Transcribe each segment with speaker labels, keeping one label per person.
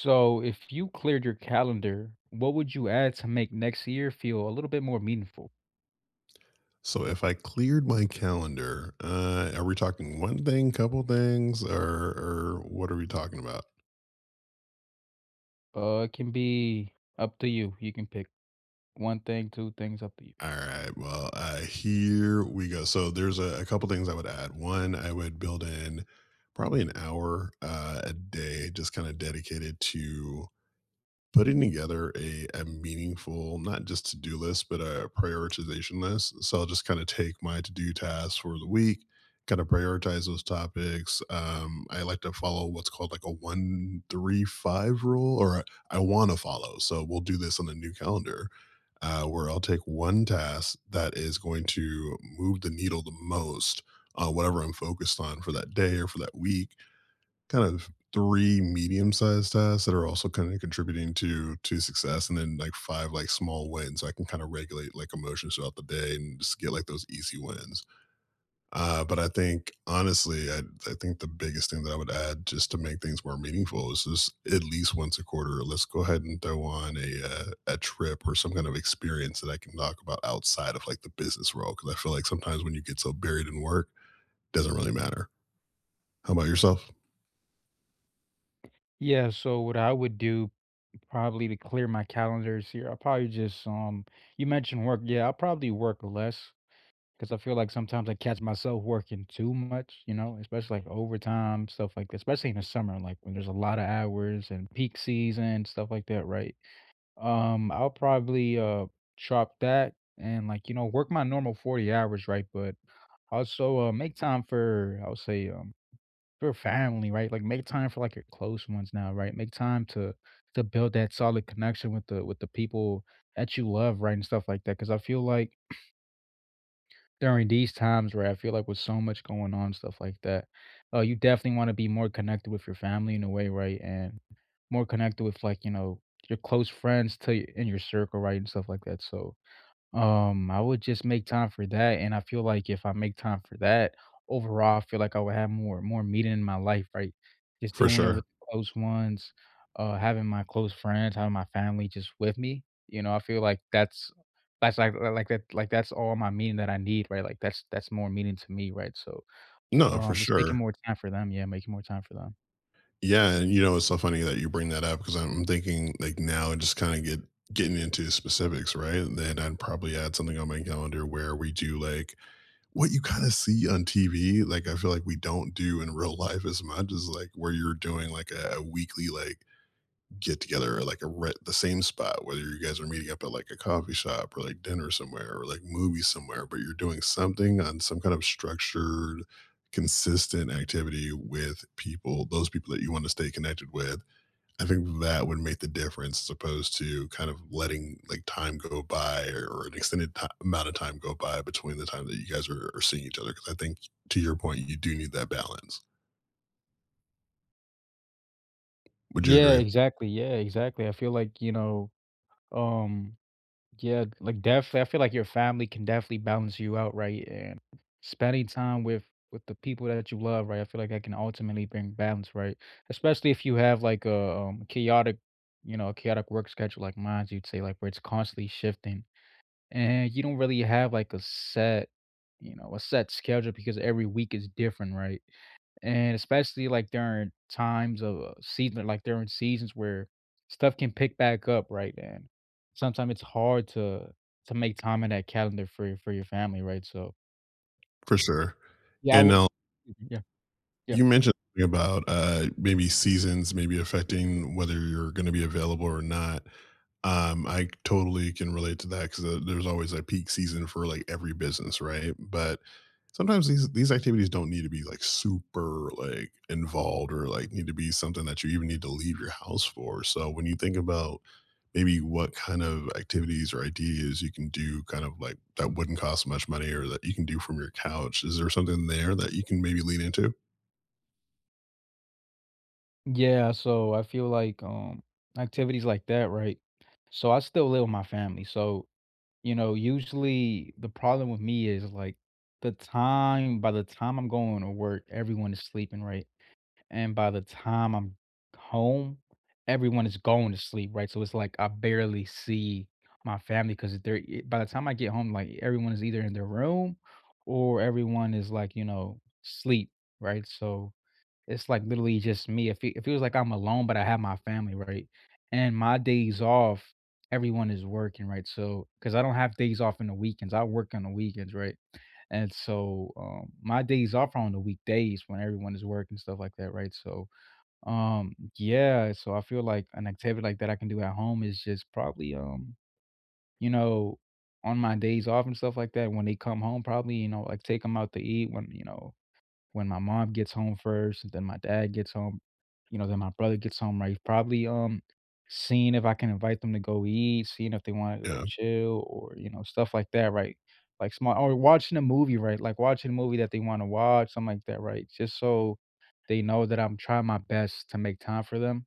Speaker 1: So, if you cleared your calendar, what would you add to make next year feel a little bit more meaningful?
Speaker 2: So if I cleared my calendar, are we talking one thing, couple things, or what are we talking about?
Speaker 1: It can be up to you. You can pick one thing, two things, up to you.
Speaker 2: All right. Well, here we go. So there's a couple things I would add. One, I would build in probably an hour a day, just kind of dedicated to putting together a meaningful not just to-do list but a prioritization list, so I'll just kind of take my to-do tasks for the week, kind of prioritize those topics. I like to follow what's called like a 1 3 5 rule I want to follow, so we'll do this on the new calendar. Where I'll take one task that is going to move the needle the most on whatever I'm focused on for that day or for that week, kind of 3 medium-sized tasks that are also kinda contributing to success, and then, like, 5, like, small wins, so I can kinda regulate, like, emotions throughout the day and just get, like, those easy wins. But I think, honestly, I think the biggest thing that I would add just to make things more meaningful is just at least once a quarter, let's go ahead and throw on a trip or some kind of experience that I can talk about outside of, like, the business world, because I feel like sometimes when you get so buried in work, doesn't really matter. How about yourself?
Speaker 1: Yeah, so what I would do probably to clear my calendars here, I'll probably just you mentioned work. Yeah, I'll probably work less because I feel like sometimes I catch myself working too much, you know, especially like overtime, stuff like that, especially in the summer, like when there's a lot of hours and peak season, stuff like that, right? I'll probably, chop that and, like, you know, work my normal 40 hours, right? But also, make time for, I would say, for family, right? Like, make time for, like, your close ones now, right? Make time to build that solid connection with the people that you love, right, and stuff like that. Because I feel like during these times, right, I feel like with so much going on, stuff like that, you definitely wanna be more connected with your family in a way, right? And more connected with, like, you know, your close friends in your circle, right, and stuff like that, so I would just make time for that, and I feel like if I make time for that, overall, I feel like I would have more meaning in my life, right? Just
Speaker 2: For
Speaker 1: doing it with
Speaker 2: sure.
Speaker 1: close ones, having my close friends, having my family just with me. You know, I feel like that's like that's all my meaning that I need, right? Like that's more meaning to me, right? So,
Speaker 2: No, for
Speaker 1: just making
Speaker 2: sure.
Speaker 1: more time for them, yeah, making more time for them.
Speaker 2: Yeah, and you know, it's so funny that you bring that up because I'm thinking like now just kind of getting into specifics, right? And then I'd probably add something on my calendar where we do like what you kind of see on TV. Like I feel like we don't do in real life as much as like where you're doing like a weekly like get together at like the same spot, whether you guys are meeting up at like a coffee shop or like dinner somewhere or like movies somewhere, but you're doing something on some kind of structured, consistent activity with people, those people that you want to stay connected with. I think that would make the difference as opposed to kind of letting like time go by or an extended ti amount of time go by between the time that you guys are seeing each other. Cause I think, to your point, you do need that balance. Would you
Speaker 1: Yeah,
Speaker 2: agree?
Speaker 1: exactly. Yeah, exactly. I feel like you know, um, yeah, like, definitely I feel like your family can definitely balance you out, right? And spending time with the people that you love, right? I feel like that can ultimately bring balance, right? Especially if you have like a chaotic, you know, a chaotic work schedule like mine, you'd say, like where it's constantly shifting, and you don't really have like a set, you know, a set schedule because every week is different, right? And especially, like, during times of, season like, during seasons where stuff can pick back up, right? And sometimes it's hard to make time in that calendar for your family, right? So,
Speaker 2: For sure.
Speaker 1: yeah, I
Speaker 2: And
Speaker 1: w-
Speaker 2: now
Speaker 1: Yeah, yeah.
Speaker 2: you mentioned something about maybe seasons maybe affecting whether you're going to be available or not. I totally can relate to that because there's always a peak season for like every business, right? But sometimes these activities don't need to be like super like involved or like need to be something that you even need to leave your house for. So when you think about maybe what kind of activities or ideas you can do kind of like that wouldn't cost much money or that you can do from your couch, is there something there that you can maybe lean into?
Speaker 1: Yeah, so I feel like, activities like that, right? So I still live with my family, so, you know, usually the problem with me is, like, the time by the time I'm going to work, everyone is sleeping, right? And by the time I'm home, everyone is going to sleep, right? So it's like I barely see my family because by the time I get home, like everyone is either in their room or everyone is like, you know, sleep, right? So it's like literally just me. If It, fe- It feels like I'm alone, but I have my family, right? And my days off, everyone is working, right? So because I don't have days off in the weekends, I work on the weekends, right? And so my days off are on the weekdays when everyone is working, stuff like that, right? So yeah, so I feel like an activity like that I can do at home is just probably, you know, on my days off and stuff like that, when they come home, probably, you know, like take them out to eat when, you know, when my mom gets home first, then my dad gets home, you know, then my brother gets home, right? Probably seeing if I can invite them to go eat, seeing if they want to go
Speaker 2: Yeah.
Speaker 1: chill or, you know, stuff like that, right? Like small or watching a movie, right? Like watching a movie that they want to watch, something like that, right? Just so they know that I'm trying my best to make time for them,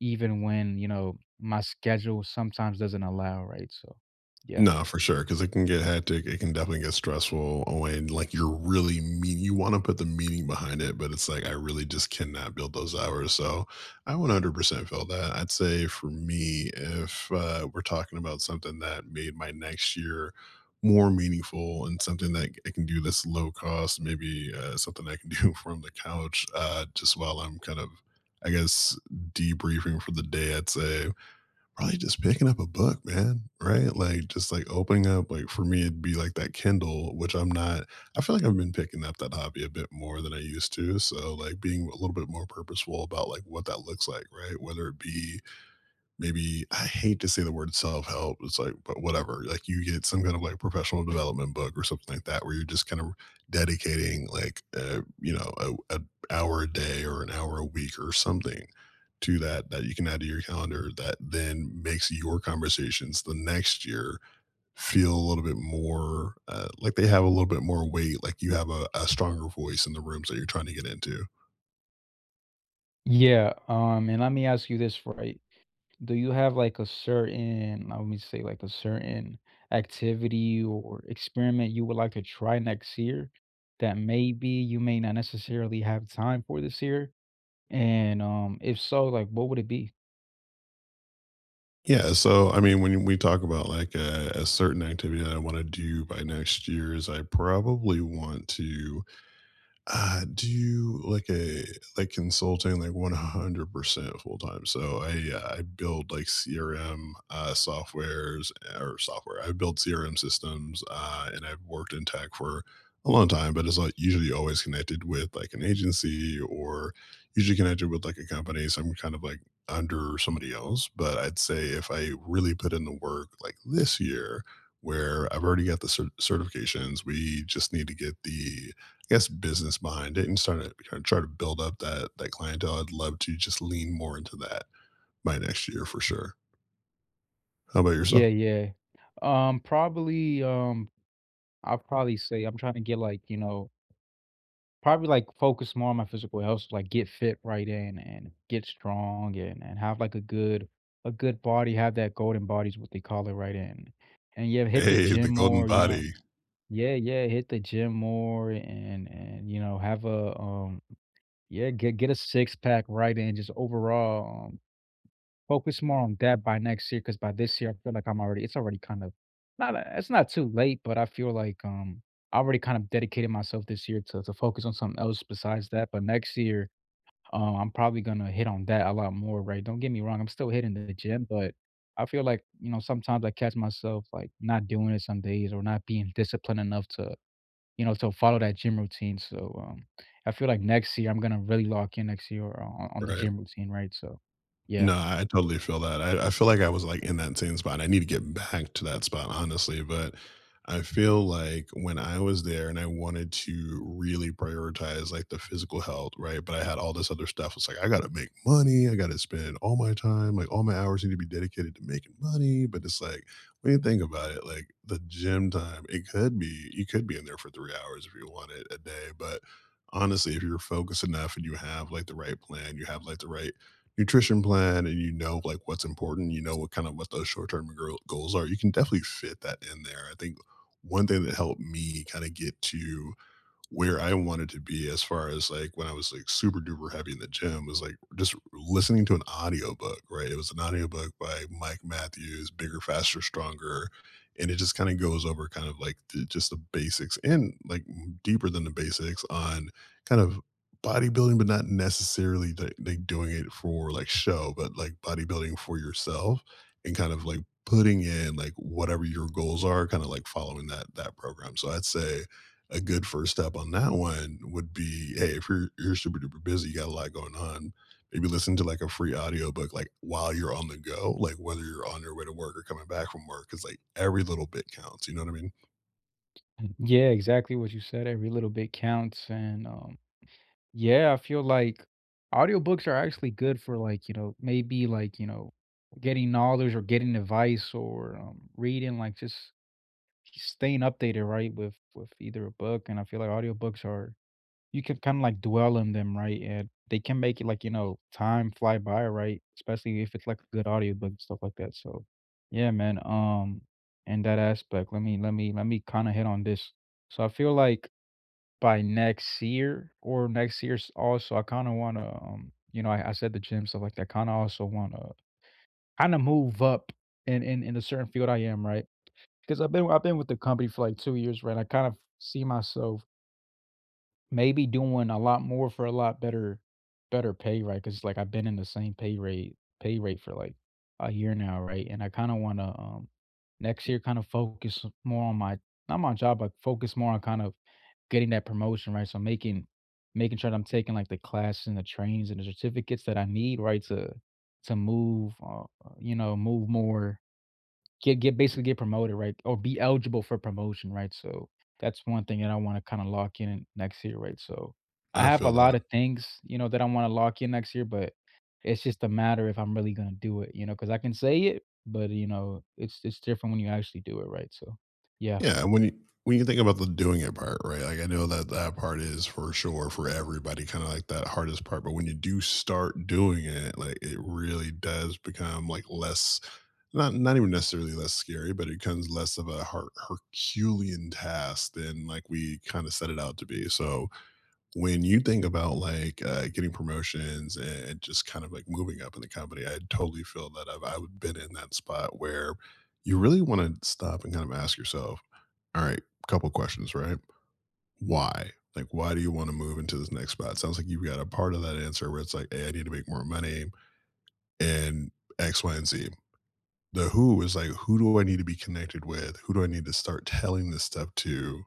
Speaker 1: even when, you know, my schedule sometimes doesn't allow, right? So yeah.
Speaker 2: No, for sure, because it can get hectic, it can definitely get stressful when, like, you're really mean you wanna put the meaning behind it, but it's like, I really just cannot build those hours, so I 100% feel that. I'd say for me, if, we're talking about something that made my next year more meaningful and something that I can do this low cost, maybe, something I can do from the couch, just while I'm kind of, I guess, debriefing for the day, I'd say probably just picking up a book, man, right? Like, just, like, opening up like, for me, it'd be, like, that Kindle, which I'm not I feel like I've been picking up that hobby a bit more than I used to, so, like, being a little bit more purposeful about, like, what that looks like, right? Whether it be maybe I hate to say the word self help. It's like, but whatever. Like you get some kind of like professional development book or something like that, where you're just kind of dedicating like you know a hour a day or an hour a week or something to that you can add to your calendar that then makes your conversations the next year feel a little bit more like they have a little bit more weight, like you have a stronger voice in the rooms that you're trying to get into.
Speaker 1: Yeah. And let me ask you this, right? Do you have like a certain, let me say, like a certain activity or experiment you would like to try next year that maybe you may not necessarily have time for this year? And if so, like what would it be?
Speaker 2: Yeah, so I mean, when we talk about like a certain activity that I want to do by next year, is I probably want to I do like a like consulting like 100% full time. So I build like CRM softwares or software. I build CRM systems, and I've worked in tech for a long time. But it's like usually always connected with like an agency or usually connected with like a company. So I'm kind of like under somebody else. But I'd say if I really put in the work like this year, where I've already got the certifications. We just need to get the, I guess, business mind and starting to kind of try to build up that clientele. I'd love to just lean more into that by next year for sure. How about
Speaker 1: Yeah,
Speaker 2: yourself?
Speaker 1: yeah. Probably, I'll probably say I'm trying to get like, you know, probably, like, focus more on my physical health, so, like, get fit right in and get strong and have, like, a good body, have that golden body is what they call it right in. And, yeah, hit the
Speaker 2: Hey,
Speaker 1: gym
Speaker 2: the golden
Speaker 1: more, you know.
Speaker 2: body,
Speaker 1: Yeah, yeah, hit the gym more and you know, have a, yeah, get a six pack right in, just overall, focus more on that by next year, because by this year, I feel like I'm already it's already kind of not a it's not too late, but I feel like, I already kind of dedicated myself this year to focus on something else besides that, but next year, I'm probably gonna hit on that a lot more, right? Don't get me wrong, I'm still hitting the gym, but I feel like, you know, sometimes I catch myself, like, not doing it some days or not being disciplined enough to, you know, to follow that gym routine, so, I feel like next year, I'm gonna really lock in next year on the
Speaker 2: right?
Speaker 1: gym routine, right? So, yeah.
Speaker 2: No, I totally feel that. I feel like I was, like, in that same spot. I need to get back to that spot, honestly, but I feel like when I was there and I wanted to really prioritize, like, the physical health, right, but I had all this other stuff. It's like, I gotta make money, I gotta spend all my time, like, all my hours need to be dedicated to making money, but it's like, when you think about it, like, the gym time, it could be you could be in there for 3 hours if you want it a day, but honestly, if you're focused enough and you have, like, the right plan, you have, like, the right nutrition plan and you know like what's important, you know what kind of what those short-term goals are, you can definitely fit that in there. I think one thing that helped me kind of get to where I wanted to be as far as like when I was like super duper heavy in the gym was like just listening to an audiobook, right? It was an audiobook by Mike Matthews, Bigger, Faster, Stronger. And it just kind of goes over kind of like the, just the basics and like deeper than the basics on kind of bodybuilding, but not necessarily like doing it for like show, but like bodybuilding for yourself and kind of like putting in like whatever your goals are, kind of like following that program. So I'd say a good first step on that one would be, hey, if you're super duper busy, you got a lot going on, maybe listen to like a free audiobook like while you're on the go, like whether you're on your way to work or coming back from work, because like every little bit counts, you know what I mean?
Speaker 1: Yeah, exactly what you said. Every little bit counts. And yeah, I feel like audiobooks are actually good for like, you know, maybe like, you know, getting knowledge or getting advice or reading, like just staying updated, right, with either a book. And I feel like audiobooks are you can kinda, like, dwell in them, right? And they can make it, like, you know, time fly by, right? Especially if it's, like, a good audiobook and stuff like that, so, yeah, man, in that aspect, let me kinda hit on this. So I feel like by next year or next year's also, I kinda wanna, you know, I said the gym, stuff like that, kinda also wanna kinda move up in in a certain field I am, right, because 'Cause I've been with the company for, like, 2 years, right? I kind of see myself maybe doing a lot more for a lot better, better pay, right? Because like, I've been in the same pay rate for, like, a year now, right? And I kinda wanna, next year kinda focus more on my not my job, but focus more on kind of getting that promotion, right? So making sure that I'm taking, like, the classes and the trainings and the certificates that I need, right, to move, you know, move more get basically get promoted, right, or be eligible for promotion, right? So, that's one thing that I wanna kinda lock in next year, right? So, I
Speaker 2: I
Speaker 1: have a
Speaker 2: feel
Speaker 1: lot
Speaker 2: that.
Speaker 1: of things, you know, that I wanna lock in next year, but it's just a matter if I'm really gonna do it, you know, because I can say it, but, you know, it's different when you actually do it, right? So, yeah.
Speaker 2: Yeah, and when you think about the doing it part, right, like I know that that part is for sure for everybody kind of like that hardest part, but when you do start doing it, like it really does become like less, not even necessarily less scary, but it becomes less of a Herculean task than like we kind of set it out to be. So when you think about like getting promotions and just kind of like moving up in the company, I totally feel that. I've been in that spot where you really want to stop and kind of ask yourself, all right, couple questions, right? Why? Like, why do you want to move into this next spot? Sounds like you've got a part of that answer where it's like, hey, I need to make more money, and X, Y, and Z. The who is like, who do I need to be connected with? Who do I need to start telling this stuff to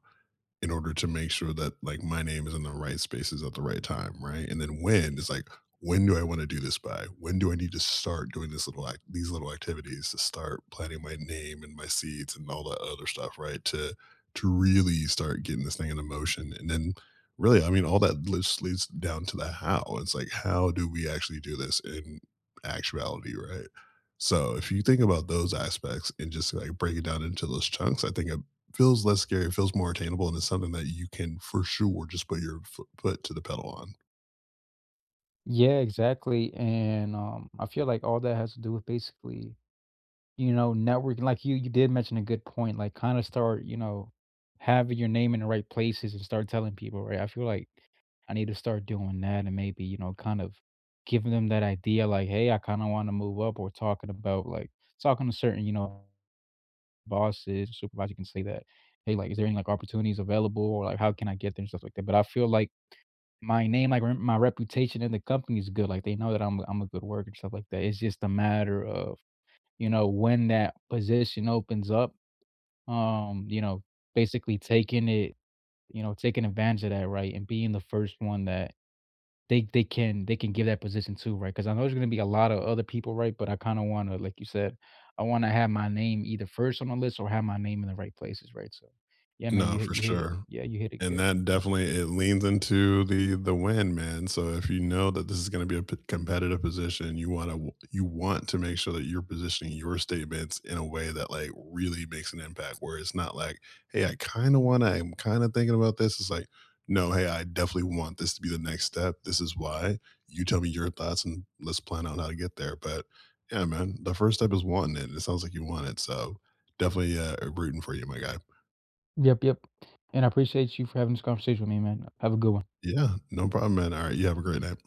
Speaker 2: in order to make sure that like my name is in the right spaces at the right time, right? And then when it's like, when do I want to do this by? When do I need to start doing this little act these little activities to start planting my name and my seeds and all that other stuff, right? To really start getting this thing into motion. And then really, I mean, all that just leads down to the how. It's like how do we actually do this in actuality, right? So if you think about those aspects and just like break it down into those chunks, I think feels less scary, it feels more attainable, and it's something that you can for sure just put your foot to the pedal on.
Speaker 1: Yeah, exactly, and, I feel like all that has to do with basically, you know, networking, like you did mention a good point, like, kinda start, you know, having your name in the right places and start telling people, right? I feel like I need to start doing that and maybe, you know, kind of giving them that idea like, hey, I kind of want to move up or talking about like talking to certain, you know, bosses, supervisor can say that, hey, like, is there any like opportunities available or like how can I get there and stuff like that. But I feel like my name, like rem- my reputation in the company is good. Like they know that I'm a good worker and stuff like that. It's just a matter of, you know, when that position opens up, you know, basically taking it, you know, taking advantage of that, right? And being the first one that they can give that position too, right? Because I know there's gonna be a lot of other people, right? But I kind of want to, like you said, I want to have my name either first on the list or have my name in the right places, right? So, yeah, man,
Speaker 2: No, for
Speaker 1: you hit it.
Speaker 2: sure.
Speaker 1: Yeah, you hit it
Speaker 2: And
Speaker 1: good.
Speaker 2: that
Speaker 1: Yep,
Speaker 2: definitely it leans into the win, man. So if you know that this is going to be a competitive position, you want to make sure that you're positioning your statements in a way that like really makes an impact. Where it's not like, hey, I kind of want to, I'm kind of thinking about this. It's like, no, hey, I definitely want this to be the next step. This is why. You tell me your thoughts, and let's plan out how to get there. But yeah, man, the first step is wanting it. It sounds like you want it, so definitely rooting for you, my guy.
Speaker 1: yep, yep. And I appreciate you for having this conversation with me, man. Have a good one.
Speaker 2: Yeah, no problem, man. All right, you have a great night.